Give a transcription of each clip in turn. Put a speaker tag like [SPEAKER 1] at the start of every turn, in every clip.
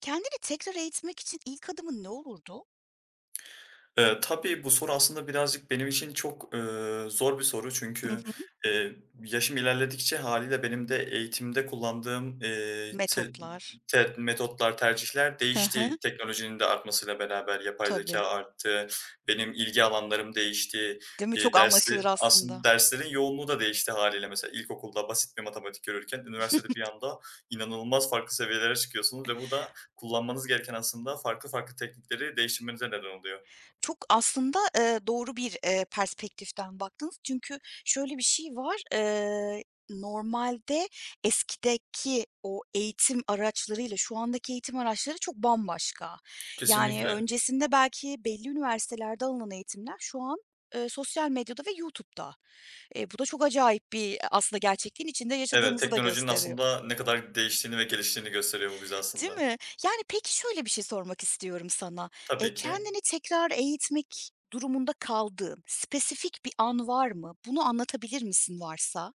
[SPEAKER 1] Kendini tekrar eğitmek için ilk adımın ne olurdu?
[SPEAKER 2] Tabii, bu soru aslında birazcık benim için çok, zor bir soru
[SPEAKER 1] Hı
[SPEAKER 2] çünkü,
[SPEAKER 1] hı.
[SPEAKER 2] eee, yaşım ilerledikçe hâliyle benim de eğitimde kullandığım, te
[SPEAKER 1] Metotlar.
[SPEAKER 2] te metotlar, tercihler
[SPEAKER 1] Hı
[SPEAKER 2] değişti.
[SPEAKER 1] hı.
[SPEAKER 2] Teknolojinin de artmasıyla beraber yapay
[SPEAKER 1] Tabii.
[SPEAKER 2] zekâ arttı. Benim ilgi alanlarım değişti.
[SPEAKER 1] Değil mi? Çok anlaşılır
[SPEAKER 2] Dersi aslında,
[SPEAKER 1] aslında.
[SPEAKER 2] derslerin yoğunluğu da değişti hâliyle. Mesela ilkokulda basit bir matematik görürken üniversitede bir anda inanılmaz farklı seviyelere çıkıyorsunuz ve bu da kullanmanız gereken aslında farklı farklı teknikleri değiştirmenize neden oluyor.
[SPEAKER 1] Çok aslında, doğru bir, perspektiften baktınız. Çünkü şöyle bir şey var. Normalde eskideki o eğitim araçlarıyla şu andaki eğitim araçları çok bambaşka. Yani
[SPEAKER 2] Kesinlikle.
[SPEAKER 1] öncesinde belki belli üniversitelerde alınan eğitimler şu an, sosyal medyada ve YouTube'da. Bu da çok acayip bir aslında gerçekliğin içinde
[SPEAKER 2] Evet,
[SPEAKER 1] yaşadığımızı da
[SPEAKER 2] teknolojinin
[SPEAKER 1] gösteriyor.
[SPEAKER 2] aslında ne kadar değiştiğini ve geliştiğini gösteriyor bu bize
[SPEAKER 1] Değil
[SPEAKER 2] aslında.
[SPEAKER 1] mi? Yani, peki, şöyle bir şey sormak istiyorum sana.
[SPEAKER 2] Tabii ki.
[SPEAKER 1] Kendini tekrar eğitmek durumunda kaldığın spesifik bir an var mı? Bunu anlatabilir misin varsa?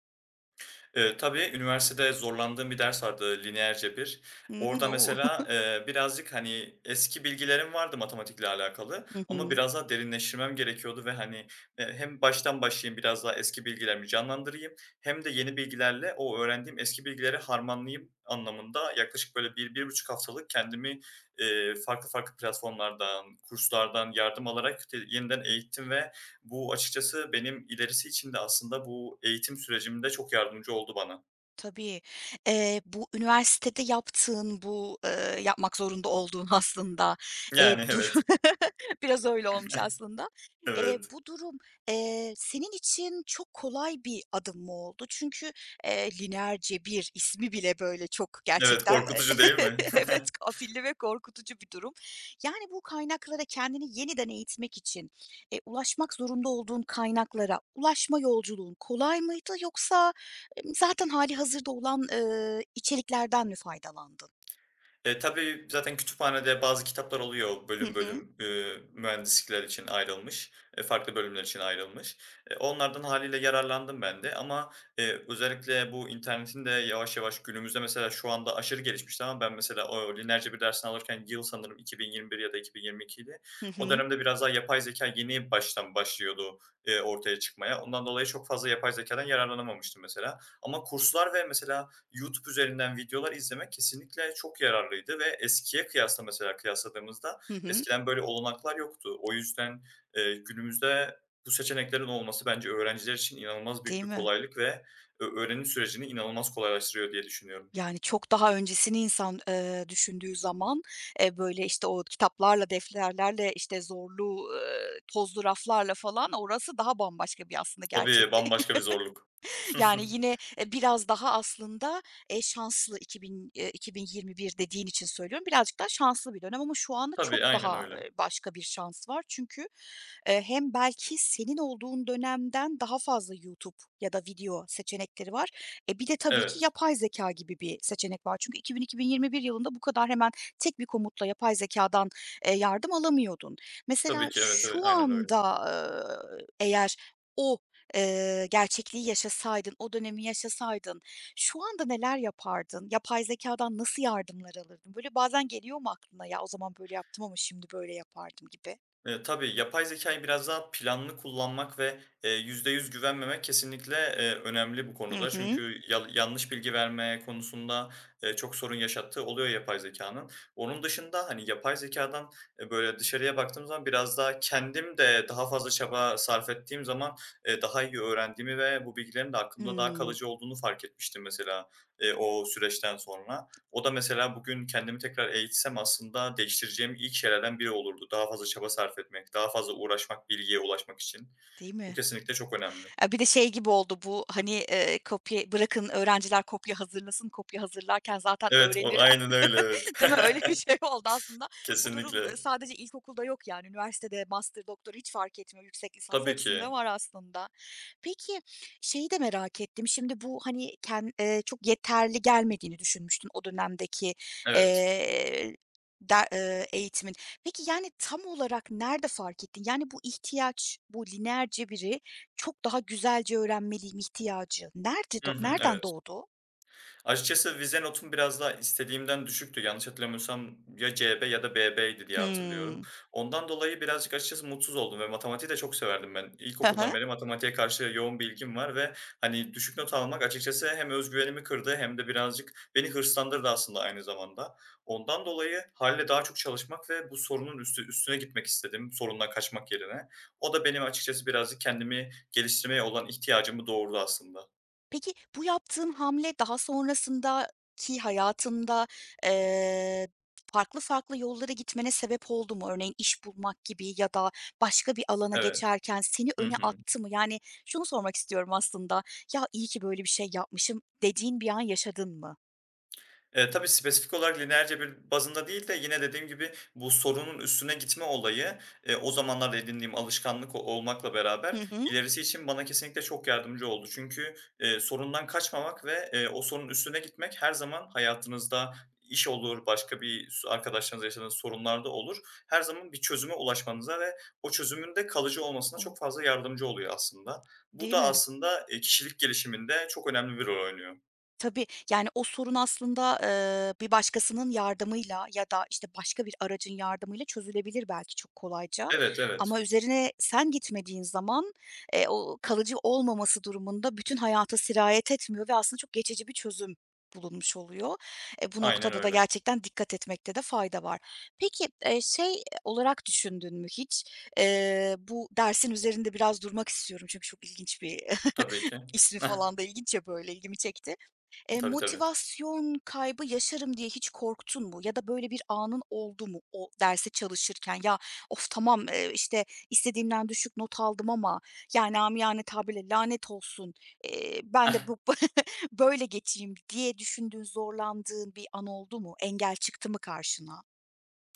[SPEAKER 2] Tabii, üniversitede zorlandığım bir ders vardı, lineer cebir.
[SPEAKER 1] Hımm,
[SPEAKER 2] Orada
[SPEAKER 1] o!
[SPEAKER 2] mesela, birazcık, hani, eski bilgilerim vardı matematikle alakalı
[SPEAKER 1] Hı
[SPEAKER 2] ama
[SPEAKER 1] hı.
[SPEAKER 2] biraz daha derinleştirmem gerekiyordu ve, hani, hem baştan başlayayım, biraz daha eski bilgilerimi canlandırayım hem de yeni bilgilerle o öğrendiğim eski bilgileri harmanlayayım anlamında yaklaşık böyle bir bir buçuk haftalık kendimi, farklı farklı platformlardan, kurslardan yardım alarak yeniden eğittim ve bu açıkçası benim ilerisi için de aslında bu eğitim sürecimde çok yardımcı oldu bana.
[SPEAKER 1] Tabii. Bu üniversitede yaptığın bu, yapmak zorunda olduğun aslında,
[SPEAKER 2] Yani
[SPEAKER 1] dur
[SPEAKER 2] evet,
[SPEAKER 1] biraz öyle olmuş aslında.
[SPEAKER 2] evet.
[SPEAKER 1] Bu durum, senin için çok kolay bir adım mı oldu? Çünkü, lineer cebir ismi bile böyle çok
[SPEAKER 2] Evet,
[SPEAKER 1] gerçekten
[SPEAKER 2] korkutucu değil mi?
[SPEAKER 1] evet, kafilli ve korkutucu bir durum. Yani, bu kaynaklara kendini yeniden eğitmek için, ulaşmak zorunda olduğun kaynaklara ulaşma yolculuğun kolay mıydı yoksa zaten hali hazırda olan, içeriklerden mi faydalandın?
[SPEAKER 2] E, tabii zaten kütüphanede bazı kitaplar oluyor
[SPEAKER 1] Hı
[SPEAKER 2] bölüm
[SPEAKER 1] hı.
[SPEAKER 2] bölüm, mühendislikler için ayrılmış, farklı bölümler için ayrılmış. E, onlardan haliyle yararlandım ben de ama, özellikle bu internetin de yavaş yavaş günümüzde mesela şu anda aşırı gelişmişti ama ben mesela o lineer cebir dersini alırken yıl sanırım 2021 ya da 2022'ydi.
[SPEAKER 1] Hı
[SPEAKER 2] O
[SPEAKER 1] hı.
[SPEAKER 2] dönemde biraz daha yapay zeka yeni baştan başlıyordu, ortaya çıkmaya. Ondan dolayı çok fazla yapay zekadan yararlanamamıştım mesela. Ama kurslar ve mesela YouTube üzerinden videolar izlemek kesinlikle çok yararlıydı ve eskiye kıyasla mesela kıyasladığımızda
[SPEAKER 1] Hı hı.
[SPEAKER 2] eskiden böyle olanaklar yoktu. O yüzden, günümüzde bu seçeneklerin olması bence öğrenciler için inanılmaz büyük
[SPEAKER 1] Değil
[SPEAKER 2] bir
[SPEAKER 1] mi?
[SPEAKER 2] kolaylık ve öğrenim sürecini inanılmaz kolaylaştırıyor diye düşünüyorum.
[SPEAKER 1] Yani, çok daha öncesini insan, düşündüğü zaman, böyle, işte, o kitaplarla, defterlerle, işte, zorlu, tozlu raflarla falan orası daha bambaşka bir aslında
[SPEAKER 2] Tabii,
[SPEAKER 1] gerçeklik.
[SPEAKER 2] bambaşka bir zorluk.
[SPEAKER 1] Yani yine, biraz daha aslında, şanslı 2000 2021 dediğin için söylüyorum. Birazcık daha şanslı bir dönem ama şu anda çok
[SPEAKER 2] Tabii, aynen
[SPEAKER 1] daha,
[SPEAKER 2] öyle.
[SPEAKER 1] başka bir şans var. Çünkü, hem belki senin olduğun dönemden daha fazla YouTube ya da video seçenekleri var. E, bir de tabii ki
[SPEAKER 2] Evet,
[SPEAKER 1] yapay zeka gibi bir seçenek var. Çünkü 2000-2021 yılında bu kadar hemen tek bir komutla yapay zekadan yardım alamıyordun. Mesela
[SPEAKER 2] tabii ki, evet, evet,
[SPEAKER 1] şu
[SPEAKER 2] aynen öyle.
[SPEAKER 1] anda, eğer o gerçekliği yaşasaydın, o dönemi yaşasaydın şu anda neler yapardın? Yapay zekâdan nasıl yardımlar alırdın? Böyle bazen geliyor mu aklına, "Ya, o zaman böyle yaptım ama şimdi böyle yapardım." gibi?
[SPEAKER 2] Tabii, yapay zeka'yı biraz daha planlı kullanmak ve, %100 güvenmemek kesinlikle, önemli bu
[SPEAKER 1] Hı
[SPEAKER 2] konuda.
[SPEAKER 1] hı.
[SPEAKER 2] Çünkü yanlış bilgi verme konusunda, çok sorun yaşattığı oluyor yapay zekanın. Onun dışında, hani, yapay zekadan böyle dışarıya baktığım zaman biraz daha kendim de daha fazla çaba sarf ettiğim zaman, daha iyi öğrendiğimi ve bu bilgilerin de aklımda daha
[SPEAKER 1] Hımm.
[SPEAKER 2] kalıcı olduğunu fark etmiştim mesela, o süreçten sonra. O da mesela bugün kendimi tekrar eğitsem aslında değiştireceğim ilk şeylerden biri olurdu. Daha fazla çaba sarf etmek, daha fazla uğraşmak, bilgiye ulaşmak için.
[SPEAKER 1] Değil
[SPEAKER 2] Bu
[SPEAKER 1] mi?
[SPEAKER 2] kesinlikle çok önemli.
[SPEAKER 1] Bir de şey gibi oldu bu, hani, kopya bırakın öğrenciler kopya hazırlasın, kopya hazırlarken zaten
[SPEAKER 2] Evet, o
[SPEAKER 1] öğrenirler.
[SPEAKER 2] aynen öyle, evet.
[SPEAKER 1] Değil mi? Öyle bir şey oldu aslında. Bu durum,
[SPEAKER 2] Kesinlikle.
[SPEAKER 1] sadece ilkokulda yok yani. Üniversitede master, doktora hiç fark etmiyor. Yüksek lisans
[SPEAKER 2] Tabii
[SPEAKER 1] hepsinde
[SPEAKER 2] ki.
[SPEAKER 1] var aslında. Peki, şeyi de merak ettim. Şimdi bu, hani, ken çok yeterli gelmediğini düşünmüştün o dönemdeki,
[SPEAKER 2] Evet.
[SPEAKER 1] eee, der eğitimin. Peki, yani, tam olarak nerede fark ettin? Yani, bu ihtiyaç, bu lineer cebiri çok daha güzelce öğrenmeliyim ihtiyacı nerede
[SPEAKER 2] Hı hı,
[SPEAKER 1] nereden
[SPEAKER 2] evet.
[SPEAKER 1] doğdu?
[SPEAKER 2] Açıkçası vize notum biraz daha istediğimden düşüktü. Yanlış hatırlamıyorsam ya CB ya da BB'ydi diye hatırlıyorum.
[SPEAKER 1] Hımm.
[SPEAKER 2] Ondan dolayı birazcık açıkçası mutsuz oldum ve matematiği de çok severdim ben. İlkokuldan beri matematiğe karşı yoğun bir ilgim var ve hani düşük not almak açıkçası hem özgüvenimi kırdı hem de birazcık beni hırslandırdı aslında aynı zamanda. Ondan dolayı hâliyle daha çok çalışmak ve bu sorunun üstüne gitmek istedim, sorundan kaçmak yerine. O da benim açıkçası birazcık kendimi geliştirmeye olan ihtiyacımı doğurdu aslında.
[SPEAKER 1] Peki, bu yaptığın hamle daha sonrasındaki hayatında, eee, farklı farklı yollara gitmene sebep oldu mu? Örneğin iş bulmak gibi ya da başka bir alana
[SPEAKER 2] Evet.
[SPEAKER 1] geçerken seni
[SPEAKER 2] Hı
[SPEAKER 1] öne
[SPEAKER 2] hı.
[SPEAKER 1] attı mı? Yani şunu sormak istiyorum aslında, "Ya, iyi ki böyle bir şey yapmışım." dediğin bir an yaşadın mı?
[SPEAKER 2] Tabii, spesifik olarak lineer cebir bazında değil de yine dediğim gibi bu sorunun üstüne gitme olayı, o zamanlarda edindiğim alışkanlık o olmakla
[SPEAKER 1] Hı
[SPEAKER 2] beraber
[SPEAKER 1] hı.
[SPEAKER 2] ilerisi için bana kesinlikle çok yardımcı oldu. Çünkü, sorundan kaçmamak ve, o sorunun üstüne gitmek her zaman hayatınızda iş olur, başka bir arkadaşlarınızla yaşadığınız sorunlarda olur. Her zaman bir çözüme ulaşmanıza ve o çözümün de kalıcı olmasına
[SPEAKER 1] O
[SPEAKER 2] çok fazla yardımcı oluyor aslında. Bu
[SPEAKER 1] değil
[SPEAKER 2] da
[SPEAKER 1] mi?
[SPEAKER 2] aslında, kişilik gelişiminde çok önemli bir rol oynuyor.
[SPEAKER 1] Tabii, yani, o sorun aslında, bir başkasının yardımıyla ya da, işte, başka bir aracın yardımıyla çözülebilir belki çok kolayca
[SPEAKER 2] Evet,
[SPEAKER 1] ama
[SPEAKER 2] evet.
[SPEAKER 1] üzerine sen gitmediğin zaman, o kalıcı olmaması durumunda bütün hayata sirayet etmiyor ve aslında çok geçici bir çözüm bulunmuş oluyor. E, bu
[SPEAKER 2] Aynen
[SPEAKER 1] noktada da
[SPEAKER 2] öyle.
[SPEAKER 1] gerçekten dikkat etmekte de fayda var. Peki, şey olarak düşündün mü hiç? Bu dersin üzerinde biraz durmak istiyorum çünkü çok ilginç bir
[SPEAKER 2] Tabii ki.
[SPEAKER 1] ismi
[SPEAKER 2] Heh,
[SPEAKER 1] falan da ilginç ya, böyle, ilgimi çekti.
[SPEAKER 2] tabii, tabii.
[SPEAKER 1] Motivasyon kaybı yaşarım diye hiç korktun mu? Ya da böyle bir anın oldu mu o derse çalışırken? "Ya, of tamam, işte, istediğimden düşük not aldım ama, yani, amiyane tabirle lanet olsun, ben de bu böyle geçeyim." diye düşündüğün, zorlandığın bir an oldu mu? Engel çıktı mı karşına?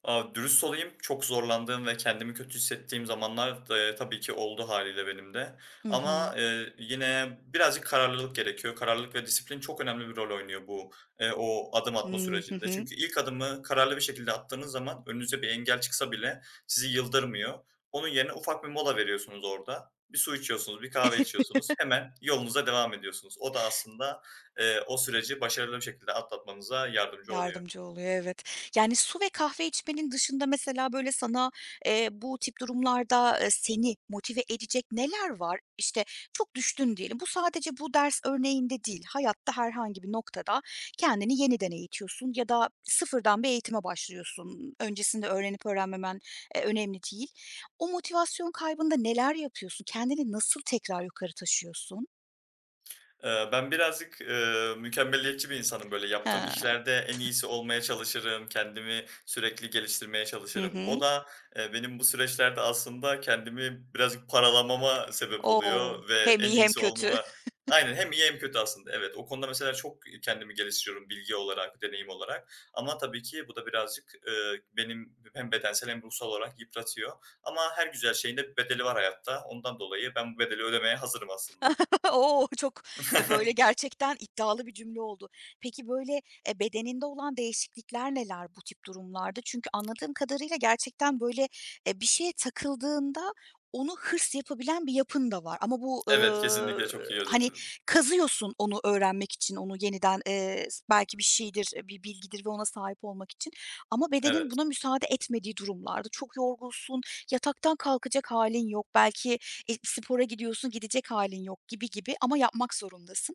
[SPEAKER 2] Aaa, dürüst olayım, çok zorlandığım ve kendimi kötü hissettiğim zamanlar da, tabii ki oldu haliyle benim de.
[SPEAKER 1] Hı hı.
[SPEAKER 2] Ama, yine birazcık kararlılık gerekiyor. Kararlılık ve disiplin çok önemli bir rol oynuyor bu, o adım atma
[SPEAKER 1] Hımm. Hı
[SPEAKER 2] sürecinde.
[SPEAKER 1] hı.
[SPEAKER 2] Çünkü ilk adımı kararlı bir şekilde attığınız zaman önünüze bir engel çıksa bile sizi yıldırmıyor. Onun yerine ufak bir mola veriyorsunuz orada. Bir su içiyorsunuz, bir kahve içiyorsunuz. Hemen yolunuza devam ediyorsunuz. O da aslında, o süreci başarılı bir şekilde atlatmanıza yardımcı oluyor.
[SPEAKER 1] Yardımcı oluyor, evet. Yani, su ve kahve içmenin dışında mesela, böyle, sana, bu tip durumlarda, seni motive edecek neler var? İşte, çok düştün diyelim. Bu sadece bu ders örneğinde değil, hayatta herhangi bir noktada kendini yeniden eğitiyorsun ya da sıfırdan bir eğitime başlıyorsun. Öncesinde öğrenip öğrenmemen, önemli değil. O motivasyon kaybında neler yapıyorsun? Kendini nasıl tekrar yukarı taşıyorsun?
[SPEAKER 2] Ben birazcık, mükemmeliyetçi bir insanım. Böyle,
[SPEAKER 1] He.
[SPEAKER 2] yaptığım işlerde en iyisi olmaya çalışırım, kendimi sürekli geliştirmeye
[SPEAKER 1] Hı
[SPEAKER 2] çalışırım.
[SPEAKER 1] hı.
[SPEAKER 2] O da, benim bu süreçlerde aslında kendimi birazcık paralamama sebep
[SPEAKER 1] O!
[SPEAKER 2] oluyor ve
[SPEAKER 1] Hem
[SPEAKER 2] en
[SPEAKER 1] iyi hem
[SPEAKER 2] iyisi
[SPEAKER 1] kötü.
[SPEAKER 2] olmama. Aynen, hem iyi hem kötü aslında. Evet, o konuda mesela çok kendimi geliştiriyorum bilgi olarak, deneyim olarak ama tabii ki bu da birazcık, benim hem bedensel hem ruhsal olarak yıpratıyor ama her güzel şeyin de bir bedeli var hayatta. Ondan dolayı ben bu bedeli ödemeye hazırım aslında.
[SPEAKER 1] Oo çok, böyle, gerçekten iddialı bir cümle oldu. Peki, böyle, bedeninde olan değişiklikler neler bu tip durumlarda? Çünkü anladığım kadarıyla gerçekten, böyle, bir şeye takıldığında onu hırs yapabilen bir yapın da var ama bu,
[SPEAKER 2] Evet, kesinlikle çok iyi
[SPEAKER 1] hani,
[SPEAKER 2] özetledin.
[SPEAKER 1] kazıyorsun onu öğrenmek için, onu yeniden, belki bir şeydir, bir bilgidir ve ona sahip olmak için ama bedenin
[SPEAKER 2] Evet.
[SPEAKER 1] buna müsaade etmediği durumlarda çok yorgunsun, yataktan kalkacak halin yok, belki e, spora gidiyorsun, gidecek halin yok gibi gibi ama yapmak zorundasın.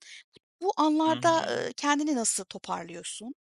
[SPEAKER 1] Bu
[SPEAKER 2] Hı
[SPEAKER 1] anlarda,
[SPEAKER 2] hı.
[SPEAKER 1] kendini nasıl toparlıyorsun?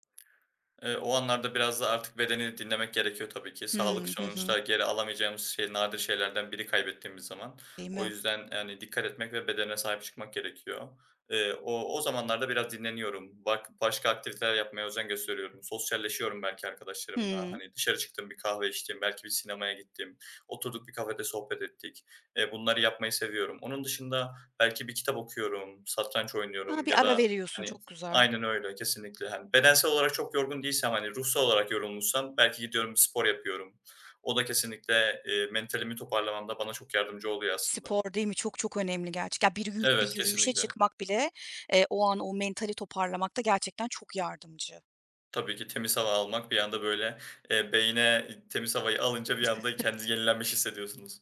[SPEAKER 2] O anlarda biraz da artık bedeni dinlemek gerekiyor tabii ki. Sağlık
[SPEAKER 1] Hımm. Hı hı.
[SPEAKER 2] sonuçta geri alamayacağımız şey, nadir şeylerden biri kaybettiğimiz zaman.
[SPEAKER 1] Değil
[SPEAKER 2] O
[SPEAKER 1] mi?
[SPEAKER 2] yüzden, yani, dikkat etmek ve bedene sahip çıkmak gerekiyor. O zamanlarda biraz dinleniyorum. Bak, başka aktiviteler yapmaya özen gösteriyorum. Sosyalleşiyorum belki arkadaşlarımla.
[SPEAKER 1] Hımm.
[SPEAKER 2] Hani, dışarı çıktım, bir kahve içtim, belki bir sinemaya gittim, oturduk bir kafede sohbet ettik. Bunları yapmayı seviyorum. Onun dışında belki bir kitap okuyorum, satranç
[SPEAKER 1] Ha,
[SPEAKER 2] oynuyorum
[SPEAKER 1] bir
[SPEAKER 2] ya
[SPEAKER 1] ara
[SPEAKER 2] da,
[SPEAKER 1] veriyorsun,
[SPEAKER 2] hani.
[SPEAKER 1] çok güzel.
[SPEAKER 2] Aynen öyle, kesinlikle. Hani bedensel olarak çok yorgun değilsem, hani ruhsal olarak yorulmuşsam belki gidiyorum, bir spor yapıyorum. O da kesinlikle, mentalimi toparlamamda bana çok yardımcı oluyor aslında.
[SPEAKER 1] Spor değil mi? Çok çok önemli gerçek. Ya, bir bir
[SPEAKER 2] Evet,
[SPEAKER 1] yürüyüşe
[SPEAKER 2] kesinlikle.
[SPEAKER 1] çıkmak bile, o an o mentali toparlamakta gerçekten çok yardımcı.
[SPEAKER 2] Tabii ki temiz hava almak bir anda, böyle, beyine temiz havayı alınca bir anda kendinizi yenilenmiş hissediyorsunuz.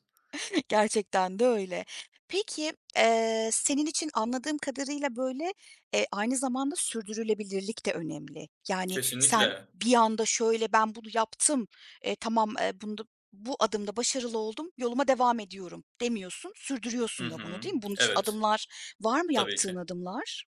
[SPEAKER 1] Gerçekten de öyle. Peki, senin için anladığım kadarıyla, böyle, aynı zamanda sürdürülebilirlik de önemli. Yani sen
[SPEAKER 2] Kesinlikle.
[SPEAKER 1] bir anda şöyle, "Ben bunu yaptım, tamam, bunda bu adımda başarılı oldum, yoluma devam ediyorum." demiyorsun,
[SPEAKER 2] Hı
[SPEAKER 1] sürdürüyorsun da bunu,
[SPEAKER 2] hı.
[SPEAKER 1] değil mi? Bunun için
[SPEAKER 2] Evet,
[SPEAKER 1] adımlar var mı
[SPEAKER 2] tabii ki.
[SPEAKER 1] yaptığın adımlar?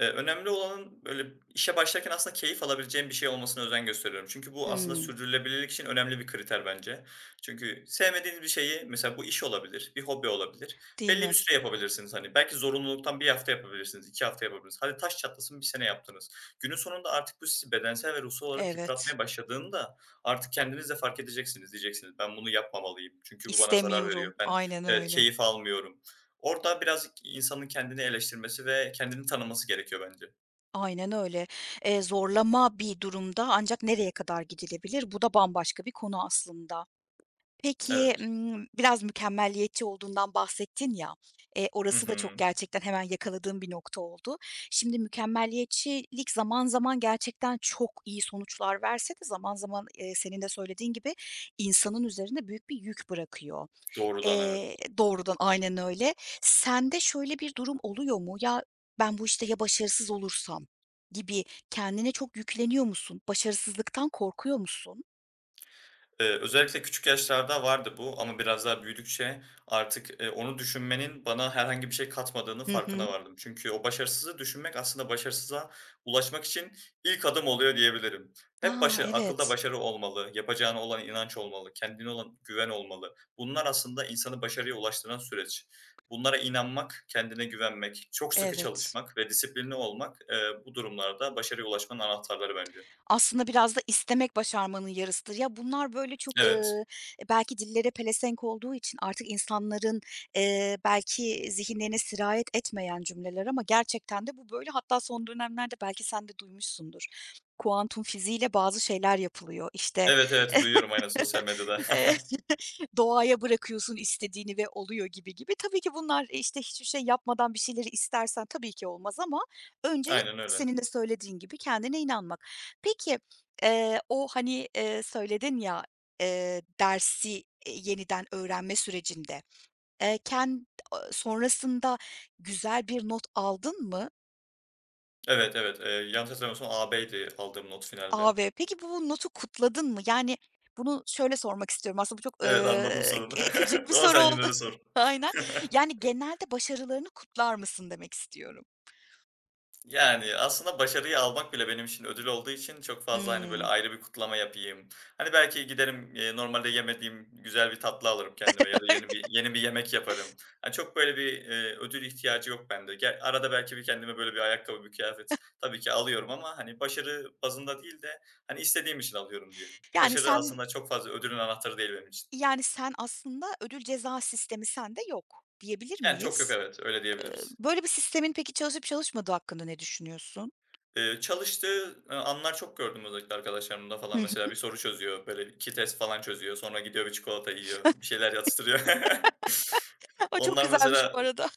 [SPEAKER 2] Önemli olanın, böyle, işe başlarken aslında keyif alabileceğim bir şey olmasına özen gösteriyorum. Çünkü bu aslında
[SPEAKER 1] Hımm.
[SPEAKER 2] sürdürülebilirlik için önemli bir kriter bence. Çünkü sevmediğiniz bir şeyi, mesela bu iş olabilir, bir hobi olabilir,
[SPEAKER 1] Değil
[SPEAKER 2] belli bir
[SPEAKER 1] mi?
[SPEAKER 2] süre yapabilirsiniz, hani. Belki zorunluluktan bir hafta yapabilirsiniz, 2 hafta yapabilirsiniz. Hadi taş çatlasın, bir sene yaptınız. Günün sonunda artık bu sizi bedensel ve ruhsal olarak
[SPEAKER 1] Evet.
[SPEAKER 2] yıpratmaya başladığında artık kendiniz de fark edeceksiniz. Diyeceksiniz, "Ben bunu yapmamalıyım. Çünkü bu bana zarar
[SPEAKER 1] İstemiyorum.
[SPEAKER 2] veriyor. Ben,
[SPEAKER 1] Aynen
[SPEAKER 2] evet,
[SPEAKER 1] öyle.
[SPEAKER 2] keyif almıyorum." Orada biraz insanın kendini eleştirmesi ve kendini tanıması gerekiyor bence.
[SPEAKER 1] Aynen öyle. Zorlama bir durumda ancak nereye kadar gidilebilir? Bu da bambaşka bir konu aslında. Peki,
[SPEAKER 2] Evet.
[SPEAKER 1] biraz mükemmeliyetçi olduğundan bahsettin ya,
[SPEAKER 2] Hı
[SPEAKER 1] orası da çok
[SPEAKER 2] hı.
[SPEAKER 1] gerçekten hemen yakaladığım bir nokta oldu. Şimdi mükemmeliyetçilik zaman zaman gerçekten çok iyi sonuçlar verse de zaman zaman, senin de söylediğin gibi insanın üzerinde büyük bir yük bırakıyor.
[SPEAKER 2] Doğrudan evet.
[SPEAKER 1] Doğrudan, aynen öyle. Sende şöyle bir durum oluyor mu? "Ya, ben bu işte ya başarısız olursam?" gibi kendine çok yükleniyor musun? Başarısızlıktan korkuyor musun?
[SPEAKER 2] Özellikle küçük yaşlarda vardı bu ama biraz daha büyüdükçe artık, onu düşünmenin bana herhangi bir şey katmadığını
[SPEAKER 1] Hı hı.
[SPEAKER 2] farkına vardım. Çünkü o başarısızı düşünmek aslında başarısıza ulaşmak için ilk adım oluyor diyebilirim. Hep
[SPEAKER 1] A!
[SPEAKER 2] başa, akılda
[SPEAKER 1] Evet,
[SPEAKER 2] başarı olmalı, yapacağına olan inanç olmalı, kendine olan güven olmalı. Bunlar aslında insanı başarıya ulaştıran süreç. Bunlara inanmak, kendine güvenmek, çok sıkı
[SPEAKER 1] evet.
[SPEAKER 2] çalışmak ve disiplinli olmak, bu durumlarda başarıya ulaşmanın anahtarları bence.
[SPEAKER 1] Aslında biraz da istemek başarmanın yarısıdır. Ya, bunlar böyle çok,
[SPEAKER 2] Evet.
[SPEAKER 1] belki dillere pelesenk olduğu için artık insanların, belki zihinlerine sirayet etmeyen cümleler ama gerçekten de bu böyle. Hatta son dönemlerde belki sen de duymuşsundur. Kuantum fiziğiyle bazı şeyler yapılıyor. İşte,
[SPEAKER 2] Evet, evet, duyuyorum aynen sosyal medyada.
[SPEAKER 1] Eee, doğaya bırakıyorsun istediğini ve oluyor gibi gibi. Tabii ki bunlar, işte, hiçbir şey yapmadan bir şeyleri istersen tabii ki olmaz ama önce
[SPEAKER 2] Aynen öyle.
[SPEAKER 1] senin de söylediğin gibi kendine inanmak. Peki, o, hani, söyledin ya, eee, dersi, yeniden öğrenme sürecinde, ken sonrasında güzel bir not aldın mı?
[SPEAKER 2] Evet, evet. Yanlış hatırlamıyorsam AB'ydi aldığım not finalde.
[SPEAKER 1] A ve peki bu notu kutladın mı? Yani, bunu şöyle sormak istiyorum aslında bu çok,
[SPEAKER 2] Evet, anladım sorunu
[SPEAKER 1] k küçük bir
[SPEAKER 2] ama
[SPEAKER 1] soru
[SPEAKER 2] sen
[SPEAKER 1] oldu.
[SPEAKER 2] yine de sor.
[SPEAKER 1] Aynen. Yani, genelde başarılarını kutlar mısın demek istiyorum.
[SPEAKER 2] Yani, aslında başarıyı almak bile benim için ödül olduğu için çok fazla, hani, böyle,
[SPEAKER 1] Hımm.
[SPEAKER 2] ayrı bir kutlama yapayım. Hani, belki giderim, normalde yemediğim güzel bir tatlı alırım kendime ya da yeni bir yemek yaparım. Hani, çok böyle bir, ödül ihtiyacı yok bende. Arada belki bir kendime böyle bir ayakkabı, bir kıyafet tabii ki alıyorum ama, hani, başarı bazında değil de, hani, istediğim için alıyorum diyelim.
[SPEAKER 1] Yani,
[SPEAKER 2] Başarı
[SPEAKER 1] sen
[SPEAKER 2] aslında çok fazla ödülün anahtarı değil benim için.
[SPEAKER 1] yani, sen aslında ödül ceza sistemi sende yok diyebilir
[SPEAKER 2] Yani, çok yok
[SPEAKER 1] miyiz?
[SPEAKER 2] evet, öyle diyebiliriz.
[SPEAKER 1] Böyle bir sistemin peki çalışıp çalışmadığı hakkında ne düşünüyorsun?
[SPEAKER 2] Çalıştığı, anlar çok gördüm özellikle arkadaşlarımda falan. Mesela bir soru çözüyor, böyle 2 test falan çözüyor. Sonra gidiyor, bir çikolata yiyor, bir şeyler atıştırıyor.
[SPEAKER 1] Hı hı. O çok
[SPEAKER 2] Onlar
[SPEAKER 1] güzelmiş bu
[SPEAKER 2] mesela
[SPEAKER 1] arada.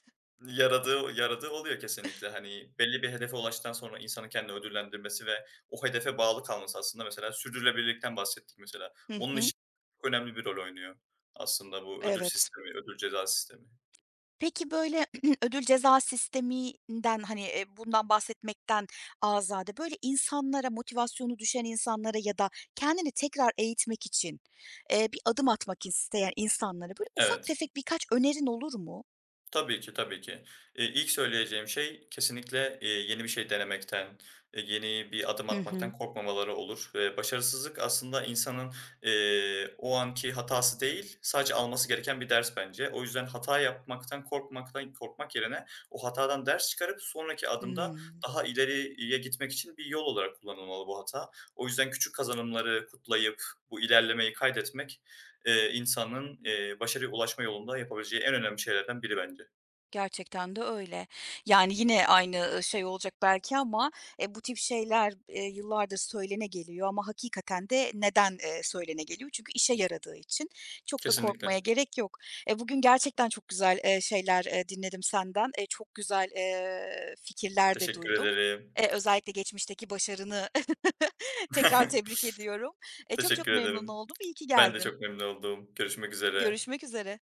[SPEAKER 2] yaradığı oluyor kesinlikle. Hani belli bir hedefe ulaştıktan sonra insanın kendini ödüllendirmesi ve o hedefe bağlı kalması aslında, mesela sürdürülebilirlikten bahsettik mesela,
[SPEAKER 1] Hı
[SPEAKER 2] onun
[SPEAKER 1] hı.
[SPEAKER 2] için çok önemli bir rol oynuyor aslında bu ödül
[SPEAKER 1] Evet.
[SPEAKER 2] sistemi, ödül ceza sistemi.
[SPEAKER 1] Peki, böyle, ödül ceza sisteminden, hani, bundan bahsetmekten azade, böyle, insanlara, motivasyonu düşen insanlara ya da kendini tekrar eğitmek için, bir adım atmak isteyen insanlara, böyle, ufak
[SPEAKER 2] Evet.
[SPEAKER 1] tefek birkaç önerin olur mu?
[SPEAKER 2] Tabii ki, tabii ki. İlk söyleyeceğim şey kesinlikle, yeni bir şey denemekten, yeni bir adım
[SPEAKER 1] Hı
[SPEAKER 2] atmaktan
[SPEAKER 1] hı.
[SPEAKER 2] korkmamaları olur. Başarısızlık aslında insanın, o anki hatası değil, sadece alması gereken bir ders bence. O yüzden hata yapmaktan korkmak yerine, o hatadan ders çıkarıp sonraki adımda
[SPEAKER 1] Hımm.
[SPEAKER 2] daha ileriye gitmek için bir yol olarak kullanılmalı bu hata. O yüzden küçük kazanımları kutlayıp bu ilerlemeyi kaydetmek, insanın, başarıya ulaşma yolunda yapabileceği en önemli şeylerden biri bence.
[SPEAKER 1] Gerçekten de öyle. Yani yine aynı, şey olacak belki ama, bu tip şeyler, yıllardır söylene geliyor ama hakikaten de neden, söylene geliyor? Çünkü işe yaradığı için çok da korkmaya
[SPEAKER 2] Kesinlikle.
[SPEAKER 1] gerek yok. E, bugün gerçekten çok güzel, şeyler, dinledim senden. Çok güzel, fikirler de
[SPEAKER 2] Teşekkür
[SPEAKER 1] duydum.
[SPEAKER 2] ederim.
[SPEAKER 1] Özellikle geçmişteki başarını tekrar tebrik ediyorum. Çok çok
[SPEAKER 2] Teşekkür
[SPEAKER 1] memnun
[SPEAKER 2] ederim.
[SPEAKER 1] oldum. İyi ki
[SPEAKER 2] Ben de
[SPEAKER 1] geldin.
[SPEAKER 2] çok memnun oldum. Görüşmek üzere.
[SPEAKER 1] Görüşmek üzere.